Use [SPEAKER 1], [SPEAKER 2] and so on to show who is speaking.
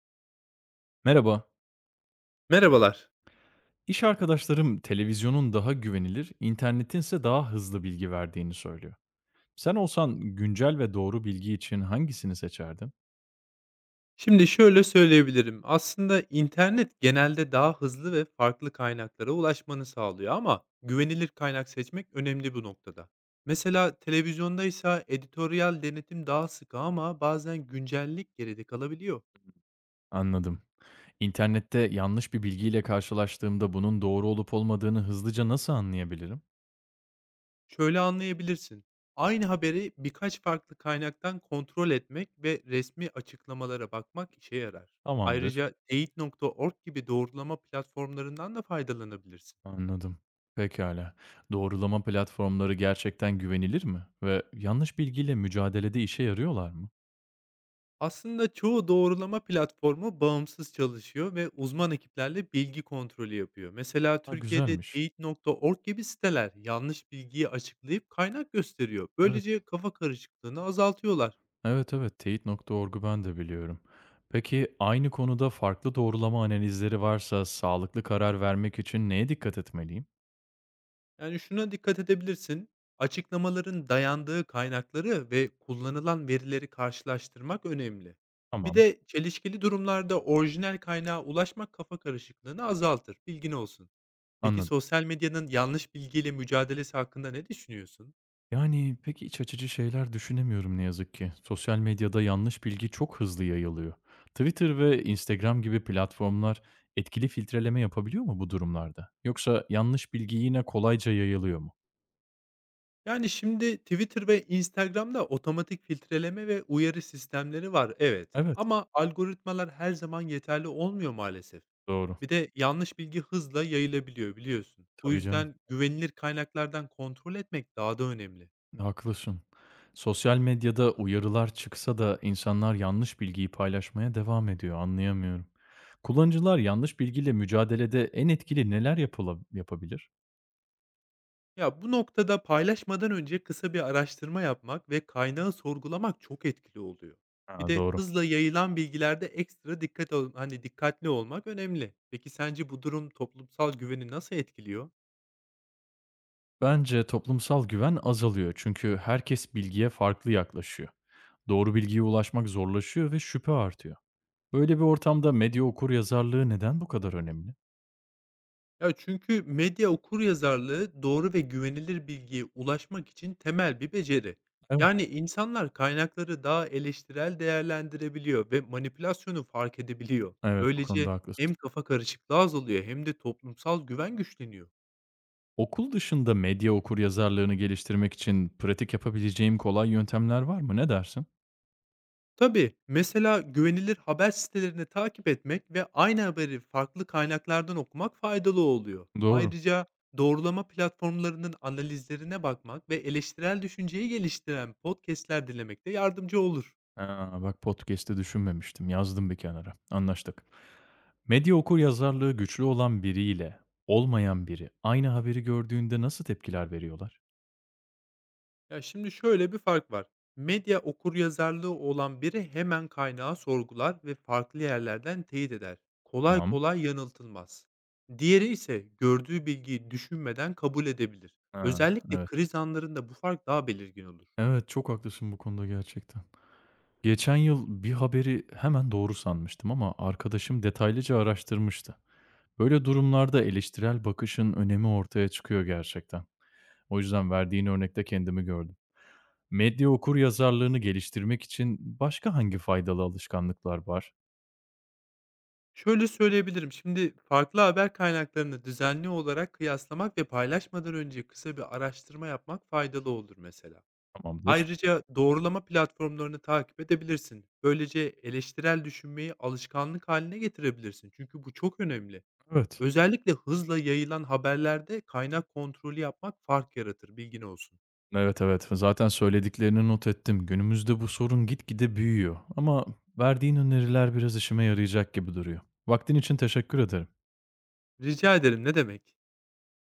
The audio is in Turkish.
[SPEAKER 1] Merhaba.
[SPEAKER 2] Merhabalar.
[SPEAKER 1] İş arkadaşlarım televizyonun daha güvenilir, internetinse daha hızlı bilgi verdiğini söylüyor. Sen olsan güncel ve doğru bilgi için hangisini seçerdin?
[SPEAKER 2] Şimdi şöyle söyleyebilirim. Aslında internet genelde daha hızlı ve farklı kaynaklara ulaşmanı sağlıyor ama güvenilir kaynak seçmek önemli bu noktada. Mesela televizyondaysa editoryal denetim daha sıkı ama bazen güncellik geride kalabiliyor.
[SPEAKER 1] Anladım. İnternette yanlış bir bilgiyle karşılaştığımda bunun doğru olup olmadığını hızlıca nasıl anlayabilirim?
[SPEAKER 2] Şöyle anlayabilirsin. Aynı haberi birkaç farklı kaynaktan kontrol etmek ve resmi açıklamalara bakmak işe yarar.
[SPEAKER 1] Tamamdır.
[SPEAKER 2] Ayrıca teyit.org gibi doğrulama platformlarından da faydalanabilirsin.
[SPEAKER 1] Anladım. Pekala. Doğrulama platformları gerçekten güvenilir mi? Ve yanlış bilgiyle mücadelede işe yarıyorlar mı?
[SPEAKER 2] Aslında çoğu doğrulama platformu bağımsız çalışıyor ve uzman ekiplerle bilgi kontrolü yapıyor. Mesela
[SPEAKER 1] Ha,
[SPEAKER 2] Türkiye'de
[SPEAKER 1] güzelmiş.
[SPEAKER 2] teyit.org gibi siteler yanlış bilgiyi açıklayıp kaynak gösteriyor.
[SPEAKER 1] Evet.
[SPEAKER 2] Böylece kafa karışıklığını azaltıyorlar.
[SPEAKER 1] Evet, evet. Teyit nokta orgu ben de biliyorum. Peki aynı konuda farklı doğrulama analizleri varsa sağlıklı karar vermek için neye dikkat etmeliyim?
[SPEAKER 2] Yani şuna dikkat edebilirsin. Açıklamaların dayandığı kaynakları ve kullanılan verileri karşılaştırmak önemli. Bir
[SPEAKER 1] Tamam,
[SPEAKER 2] de çelişkili durumlarda orijinal kaynağa ulaşmak kafa karışıklığını azaltır. Bilgin olsun. Peki
[SPEAKER 1] anladım.
[SPEAKER 2] sosyal medyanın yanlış bilgiyle mücadelesi hakkında ne düşünüyorsun?
[SPEAKER 1] Yani peki iç açıcı şeyler düşünemiyorum ne yazık ki. Sosyal medyada yanlış bilgi çok hızlı yayılıyor. Twitter ve Instagram gibi platformlar etkili filtreleme yapabiliyor mu bu durumlarda? Yoksa yanlış bilgi yine kolayca yayılıyor mu?
[SPEAKER 2] Yani şimdi Twitter ve Instagram'da otomatik filtreleme ve uyarı sistemleri var, evet.
[SPEAKER 1] Evet,
[SPEAKER 2] Ama algoritmalar her zaman yeterli olmuyor maalesef.
[SPEAKER 1] doğru.
[SPEAKER 2] Bir de yanlış bilgi hızla yayılabiliyor biliyorsun. Bu
[SPEAKER 1] Tabii canım.
[SPEAKER 2] yüzden güvenilir kaynaklardan kontrol etmek daha da önemli.
[SPEAKER 1] Haklısın. Sosyal medyada uyarılar çıksa da insanlar yanlış bilgiyi paylaşmaya devam ediyor. Anlayamıyorum. Kullanıcılar yanlış bilgiyle mücadelede en etkili neler yapabilir?
[SPEAKER 2] Ya, bu noktada paylaşmadan önce kısa bir araştırma yapmak ve kaynağı sorgulamak çok etkili oluyor. Bir
[SPEAKER 1] Ha,
[SPEAKER 2] de
[SPEAKER 1] doğru.
[SPEAKER 2] hızla yayılan bilgilerde ekstra dikkat ol hani, dikkatli olmak önemli. Peki sence bu durum toplumsal güveni nasıl etkiliyor?
[SPEAKER 1] Bence toplumsal güven azalıyor çünkü herkes bilgiye farklı yaklaşıyor. Doğru bilgiye ulaşmak zorlaşıyor ve şüphe artıyor. Böyle bir ortamda medya okur yazarlığı neden bu kadar önemli?
[SPEAKER 2] Ya, çünkü medya okuryazarlığı doğru ve güvenilir bilgiye ulaşmak için temel bir beceri.
[SPEAKER 1] Evet.
[SPEAKER 2] Yani insanlar kaynakları daha eleştirel değerlendirebiliyor ve manipülasyonu fark edebiliyor.
[SPEAKER 1] Evet, bu
[SPEAKER 2] Böylece
[SPEAKER 1] konuda
[SPEAKER 2] hem
[SPEAKER 1] haklısın.
[SPEAKER 2] kafa karışıklığı azalıyor hem de toplumsal güven güçleniyor.
[SPEAKER 1] Okul dışında medya okuryazarlığını geliştirmek için pratik yapabileceğim kolay yöntemler var mı? Ne dersin?
[SPEAKER 2] Tabii, mesela güvenilir haber sitelerini takip etmek ve aynı haberi farklı kaynaklardan okumak faydalı oluyor.
[SPEAKER 1] Doğru.
[SPEAKER 2] Ayrıca doğrulama platformlarının analizlerine bakmak ve eleştirel düşünceyi geliştiren podcastler dinlemek de yardımcı olur.
[SPEAKER 1] Ha, bak podcast'te düşünmemiştim. Yazdım bir kenara. Anlaştık. Medya okuryazarlığı güçlü olan biriyle olmayan biri aynı haberi gördüğünde nasıl tepkiler veriyorlar?
[SPEAKER 2] Ya, şimdi şöyle bir fark var. Medya okuryazarlığı olan biri hemen kaynağı sorgular ve farklı yerlerden teyit eder. Kolay
[SPEAKER 1] Tamam.
[SPEAKER 2] kolay yanıltılmaz. Diğeri ise gördüğü bilgiyi düşünmeden kabul edebilir.
[SPEAKER 1] Ha,
[SPEAKER 2] Özellikle
[SPEAKER 1] evet.
[SPEAKER 2] kriz anlarında bu fark daha belirgin olur.
[SPEAKER 1] Evet, çok haklısın bu konuda gerçekten. Geçen yıl bir haberi hemen doğru sanmıştım ama arkadaşım detaylıca araştırmıştı. Böyle durumlarda eleştirel bakışın önemi ortaya çıkıyor gerçekten. O yüzden verdiğin örnekte kendimi gördüm. Medya okur yazarlığını geliştirmek için başka hangi faydalı alışkanlıklar var?
[SPEAKER 2] Şöyle söyleyebilirim. Şimdi farklı haber kaynaklarını düzenli olarak kıyaslamak ve paylaşmadan önce kısa bir araştırma yapmak faydalı olur mesela.
[SPEAKER 1] Tamamdır.
[SPEAKER 2] Ayrıca doğrulama platformlarını takip edebilirsin. Böylece eleştirel düşünmeyi alışkanlık haline getirebilirsin. Çünkü bu çok önemli.
[SPEAKER 1] Evet.
[SPEAKER 2] Özellikle hızla yayılan haberlerde kaynak kontrolü yapmak fark yaratır, bilgin olsun.
[SPEAKER 1] Evet, evet. Zaten söylediklerini not ettim. Günümüzde bu sorun gitgide büyüyor ama verdiğin öneriler biraz işime yarayacak gibi duruyor. Vaktin için teşekkür ederim.
[SPEAKER 2] Rica ederim, ne demek.